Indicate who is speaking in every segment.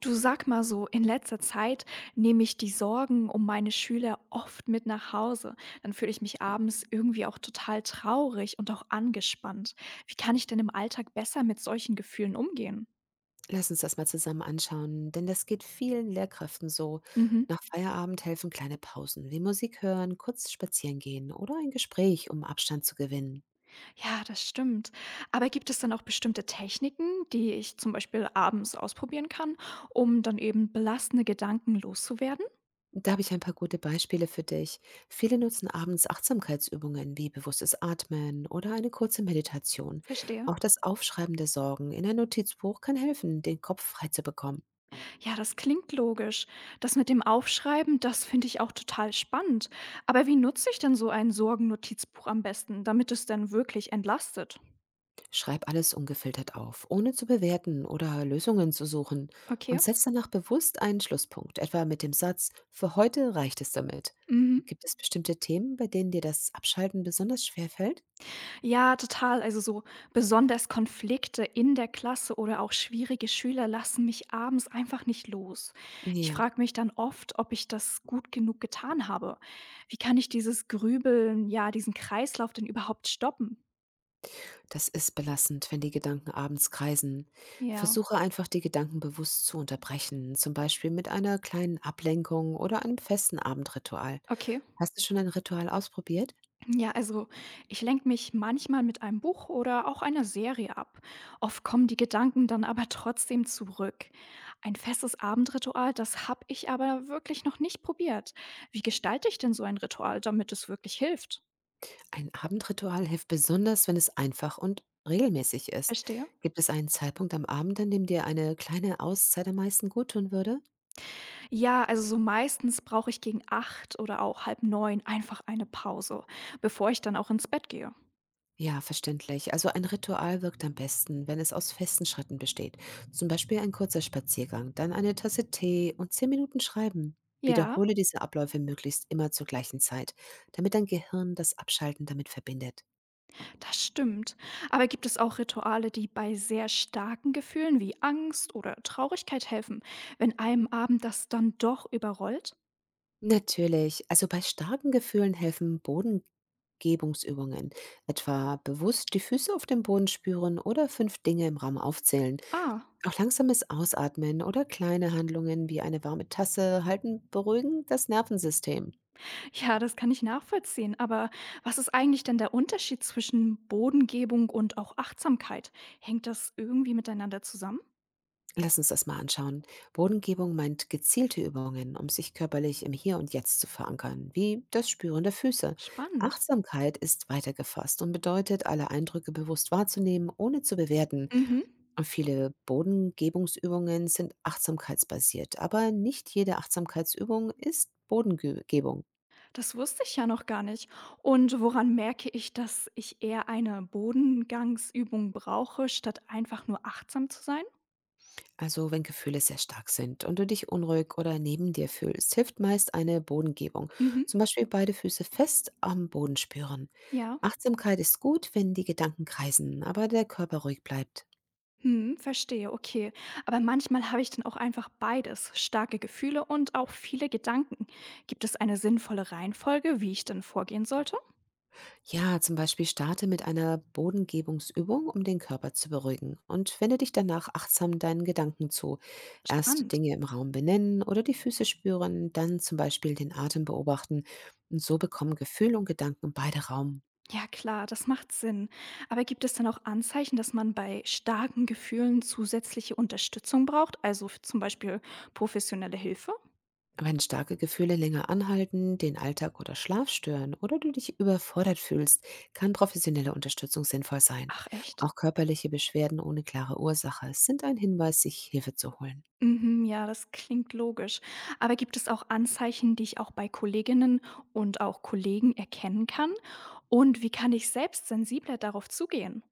Speaker 1: Du sag mal so, in letzter Zeit nehme ich die Sorgen um meine Schüler oft mit nach Hause. Dann fühle ich mich abends irgendwie auch total traurig und auch angespannt. Wie kann ich denn im Alltag besser mit solchen Gefühlen umgehen?
Speaker 2: Lass uns das mal zusammen anschauen, denn das geht vielen Lehrkräften so.
Speaker 1: Mhm.
Speaker 2: Nach Feierabend helfen kleine Pausen, wie Musik hören, kurz spazieren gehen oder ein Gespräch, um Abstand zu gewinnen.
Speaker 1: Ja, das stimmt. Aber gibt es dann auch bestimmte Techniken, die ich zum Beispiel abends ausprobieren kann, um dann eben belastende Gedanken loszuwerden?
Speaker 2: Da habe ich ein paar gute Beispiele für dich. Viele nutzen abends Achtsamkeitsübungen wie bewusstes Atmen oder eine kurze Meditation.
Speaker 1: Verstehe.
Speaker 2: Auch das Aufschreiben der Sorgen in ein Notizbuch kann helfen, den Kopf frei zu bekommen.
Speaker 1: Ja, das klingt logisch. Das mit dem Aufschreiben, das finde ich auch total spannend. Aber wie nutze ich denn so ein Sorgennotizbuch am besten, damit es denn wirklich entlastet?
Speaker 2: Schreib alles ungefiltert auf, ohne zu bewerten oder Lösungen zu suchen
Speaker 1: Okay.
Speaker 2: und setz danach bewusst einen Schlusspunkt, etwa mit dem Satz, für heute reicht es damit.
Speaker 1: Mhm.
Speaker 2: Gibt es bestimmte Themen, bei denen dir das Abschalten besonders schwer fällt?
Speaker 1: Ja, total. Also so besonders Konflikte in der Klasse oder auch schwierige Schüler lassen mich abends einfach nicht los. Ich
Speaker 2: Ja,
Speaker 1: frage mich dann oft, ob ich das gut genug getan habe. Wie kann ich dieses Grübeln, ja, diesen Kreislauf denn überhaupt stoppen?
Speaker 2: das ist belastend, wenn die Gedanken abends kreisen.
Speaker 1: Ja,
Speaker 2: Versuche einfach, die Gedanken bewusst zu unterbrechen, zum Beispiel mit einer kleinen Ablenkung oder einem festen Abendritual.
Speaker 1: okay.
Speaker 2: Hast du schon ein Ritual ausprobiert?
Speaker 1: Ja, also ich lenke mich manchmal mit einem Buch oder auch einer Serie ab. Oft kommen die Gedanken dann aber trotzdem zurück. Ein festes Abendritual, das habe ich aber wirklich noch nicht probiert. Wie gestalte ich denn so ein Ritual, damit es wirklich hilft?
Speaker 2: Ein Abendritual hilft besonders, wenn es einfach und regelmäßig ist.
Speaker 1: Verstehe.
Speaker 2: Gibt es einen Zeitpunkt am Abend, an dem dir eine kleine Auszeit am meisten guttun würde?
Speaker 1: Ja, also so meistens brauche ich gegen acht oder auch halb neun einfach eine Pause, bevor ich dann auch ins Bett gehe.
Speaker 2: Ja, verständlich. Also ein Ritual wirkt am besten, wenn es aus festen Schritten besteht. Zum Beispiel ein kurzer Spaziergang, dann eine Tasse Tee und 10 Minuten Schreiben.
Speaker 1: Ja.
Speaker 2: Wiederhole diese Abläufe möglichst immer zur gleichen Zeit, damit dein Gehirn das Abschalten damit verbindet.
Speaker 1: Das stimmt. Aber gibt es auch Rituale, die bei sehr starken Gefühlen wie Angst oder Traurigkeit helfen, wenn einem Abend das dann doch überrollt?
Speaker 2: Natürlich. Also bei starken Gefühlen helfen Bodengebungsübungen, etwa bewusst die Füße auf dem Boden spüren oder 5 Dinge im Raum aufzählen.
Speaker 1: Ah,
Speaker 2: Auch langsames Ausatmen oder kleine Handlungen wie eine warme Tasse halten beruhigen das Nervensystem.
Speaker 1: ja, das kann ich nachvollziehen. Aber was ist eigentlich denn der Unterschied zwischen Bodengebung und auch Achtsamkeit? Hängt das irgendwie miteinander zusammen?
Speaker 2: Lass uns das mal anschauen. Bodengebung meint gezielte Übungen, um sich körperlich im Hier und Jetzt zu verankern, wie das Spüren der Füße.
Speaker 1: Spannend.
Speaker 2: Achtsamkeit ist weitergefasst und bedeutet, alle Eindrücke bewusst wahrzunehmen, ohne zu bewerten.
Speaker 1: Mhm.
Speaker 2: Viele Bodengebungsübungen sind achtsamkeitsbasiert, aber nicht jede Achtsamkeitsübung ist Bodengebung.
Speaker 1: Das wusste ich ja noch gar nicht. Und woran merke ich, dass ich eher eine Bodengangsübung brauche, statt einfach nur achtsam zu sein?
Speaker 2: Also wenn Gefühle sehr stark sind und du dich unruhig oder neben dir fühlst, hilft meist eine Bodengebung.
Speaker 1: Mhm.
Speaker 2: Zum Beispiel beide Füße fest am Boden spüren.
Speaker 1: Ja.
Speaker 2: Achtsamkeit ist gut, wenn die Gedanken kreisen, aber der Körper ruhig bleibt.
Speaker 1: Mhm, verstehe, okay. Aber manchmal habe ich dann auch einfach beides, starke Gefühle und auch viele Gedanken. Gibt es eine sinnvolle Reihenfolge, wie ich dann vorgehen sollte?
Speaker 2: Ja, zum Beispiel starte mit einer Bodengebungsübung, um den Körper zu beruhigen und wende dich danach achtsam deinen Gedanken zu. Erst
Speaker 1: Spannend.
Speaker 2: Dinge im Raum benennen oder die Füße spüren, dann zum Beispiel den Atem beobachten. Und so bekommen Gefühl und Gedanken beide Raum.
Speaker 1: Ja klar, das macht Sinn. Aber gibt es dann auch Anzeichen, dass man bei starken Gefühlen zusätzliche Unterstützung braucht, also zum Beispiel professionelle Hilfe?
Speaker 2: Wenn starke Gefühle länger anhalten, den Alltag oder Schlaf stören oder du dich überfordert fühlst, kann professionelle Unterstützung sinnvoll sein.
Speaker 1: Ach echt?
Speaker 2: Auch körperliche Beschwerden ohne klare Ursache sind ein Hinweis, sich Hilfe zu holen.
Speaker 1: Mhm, ja, das klingt logisch. Aber gibt es auch Anzeichen, die ich auch bei Kolleginnen und auch Kollegen erkennen kann? Und wie kann ich selbst sensibler darauf zugehen?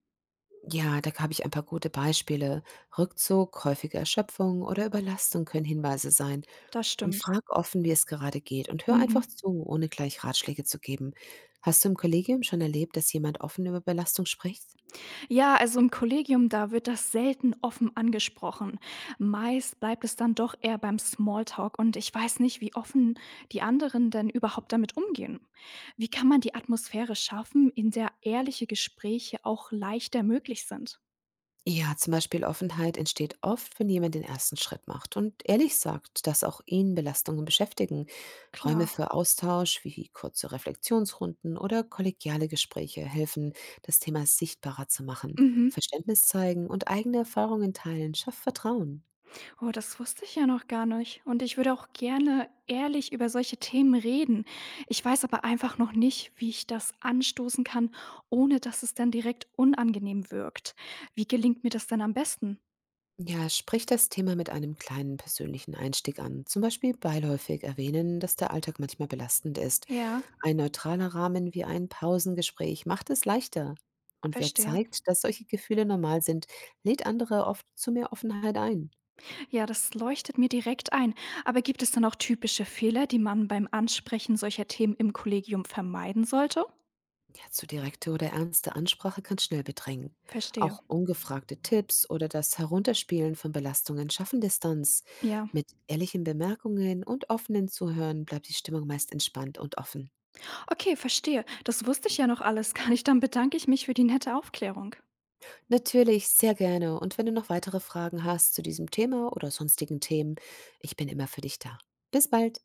Speaker 2: Ja, da habe ich ein paar gute Beispiele. Rückzug, häufige Erschöpfung oder Überlastung können Hinweise sein.
Speaker 1: Das
Speaker 2: Und
Speaker 1: stimmt.
Speaker 2: frag offen, wie es gerade geht und hör
Speaker 1: Mhm.
Speaker 2: einfach zu, ohne gleich Ratschläge zu geben. Hast du im Kollegium schon erlebt, dass jemand offen über Belastung spricht?
Speaker 1: Ja, also im Kollegium, da wird das selten offen angesprochen. Meist bleibt es dann doch eher beim Smalltalk und ich weiß nicht, wie offen die anderen denn überhaupt damit umgehen. Wie kann man die Atmosphäre schaffen, in der ehrliche Gespräche auch leichter möglich sind?
Speaker 2: Ja, zum Beispiel Offenheit entsteht oft, wenn jemand den ersten Schritt macht und ehrlich sagt, dass auch ihn Belastungen beschäftigen. Räume
Speaker 1: Klar.
Speaker 2: für Austausch wie kurze Reflexionsrunden oder kollegiale Gespräche helfen, das Thema sichtbarer zu machen.
Speaker 1: Mhm.
Speaker 2: Verständnis zeigen und eigene Erfahrungen teilen schafft Vertrauen.
Speaker 1: Oh, das wusste ich ja noch gar nicht. Und ich würde auch gerne ehrlich über solche Themen reden. Ich weiß aber einfach noch nicht, wie ich das anstoßen kann, ohne dass es dann direkt unangenehm wirkt. Wie gelingt mir das denn am besten?
Speaker 2: Ja, sprich das Thema mit einem kleinen persönlichen Einstieg an. Zum Beispiel beiläufig erwähnen, dass der Alltag manchmal belastend ist.
Speaker 1: Ja,
Speaker 2: Ein neutraler Rahmen wie ein Pausengespräch macht es leichter. Und wer
Speaker 1: verstehe.
Speaker 2: zeigt, dass solche Gefühle normal sind, lädt andere oft zu mehr Offenheit ein.
Speaker 1: Ja, das leuchtet mir direkt ein. Aber gibt es dann auch typische Fehler, die man beim Ansprechen solcher Themen im Kollegium vermeiden sollte?
Speaker 2: Ja, zu direkte oder ernste Ansprache kann schnell bedrängen.
Speaker 1: Verstehe.
Speaker 2: Auch ungefragte Tipps oder das Herunterspielen von Belastungen schaffen Distanz.
Speaker 1: Ja.
Speaker 2: Mit ehrlichen Bemerkungen und offenen Zuhören bleibt die Stimmung meist entspannt und offen.
Speaker 1: Okay, verstehe. Das wusste ich ja noch alles gar nicht. Dann bedanke ich mich für die nette Aufklärung.
Speaker 2: Natürlich, sehr gerne. Und wenn du noch weitere Fragen hast zu diesem Thema oder sonstigen Themen, ich bin immer für dich da. Bis bald.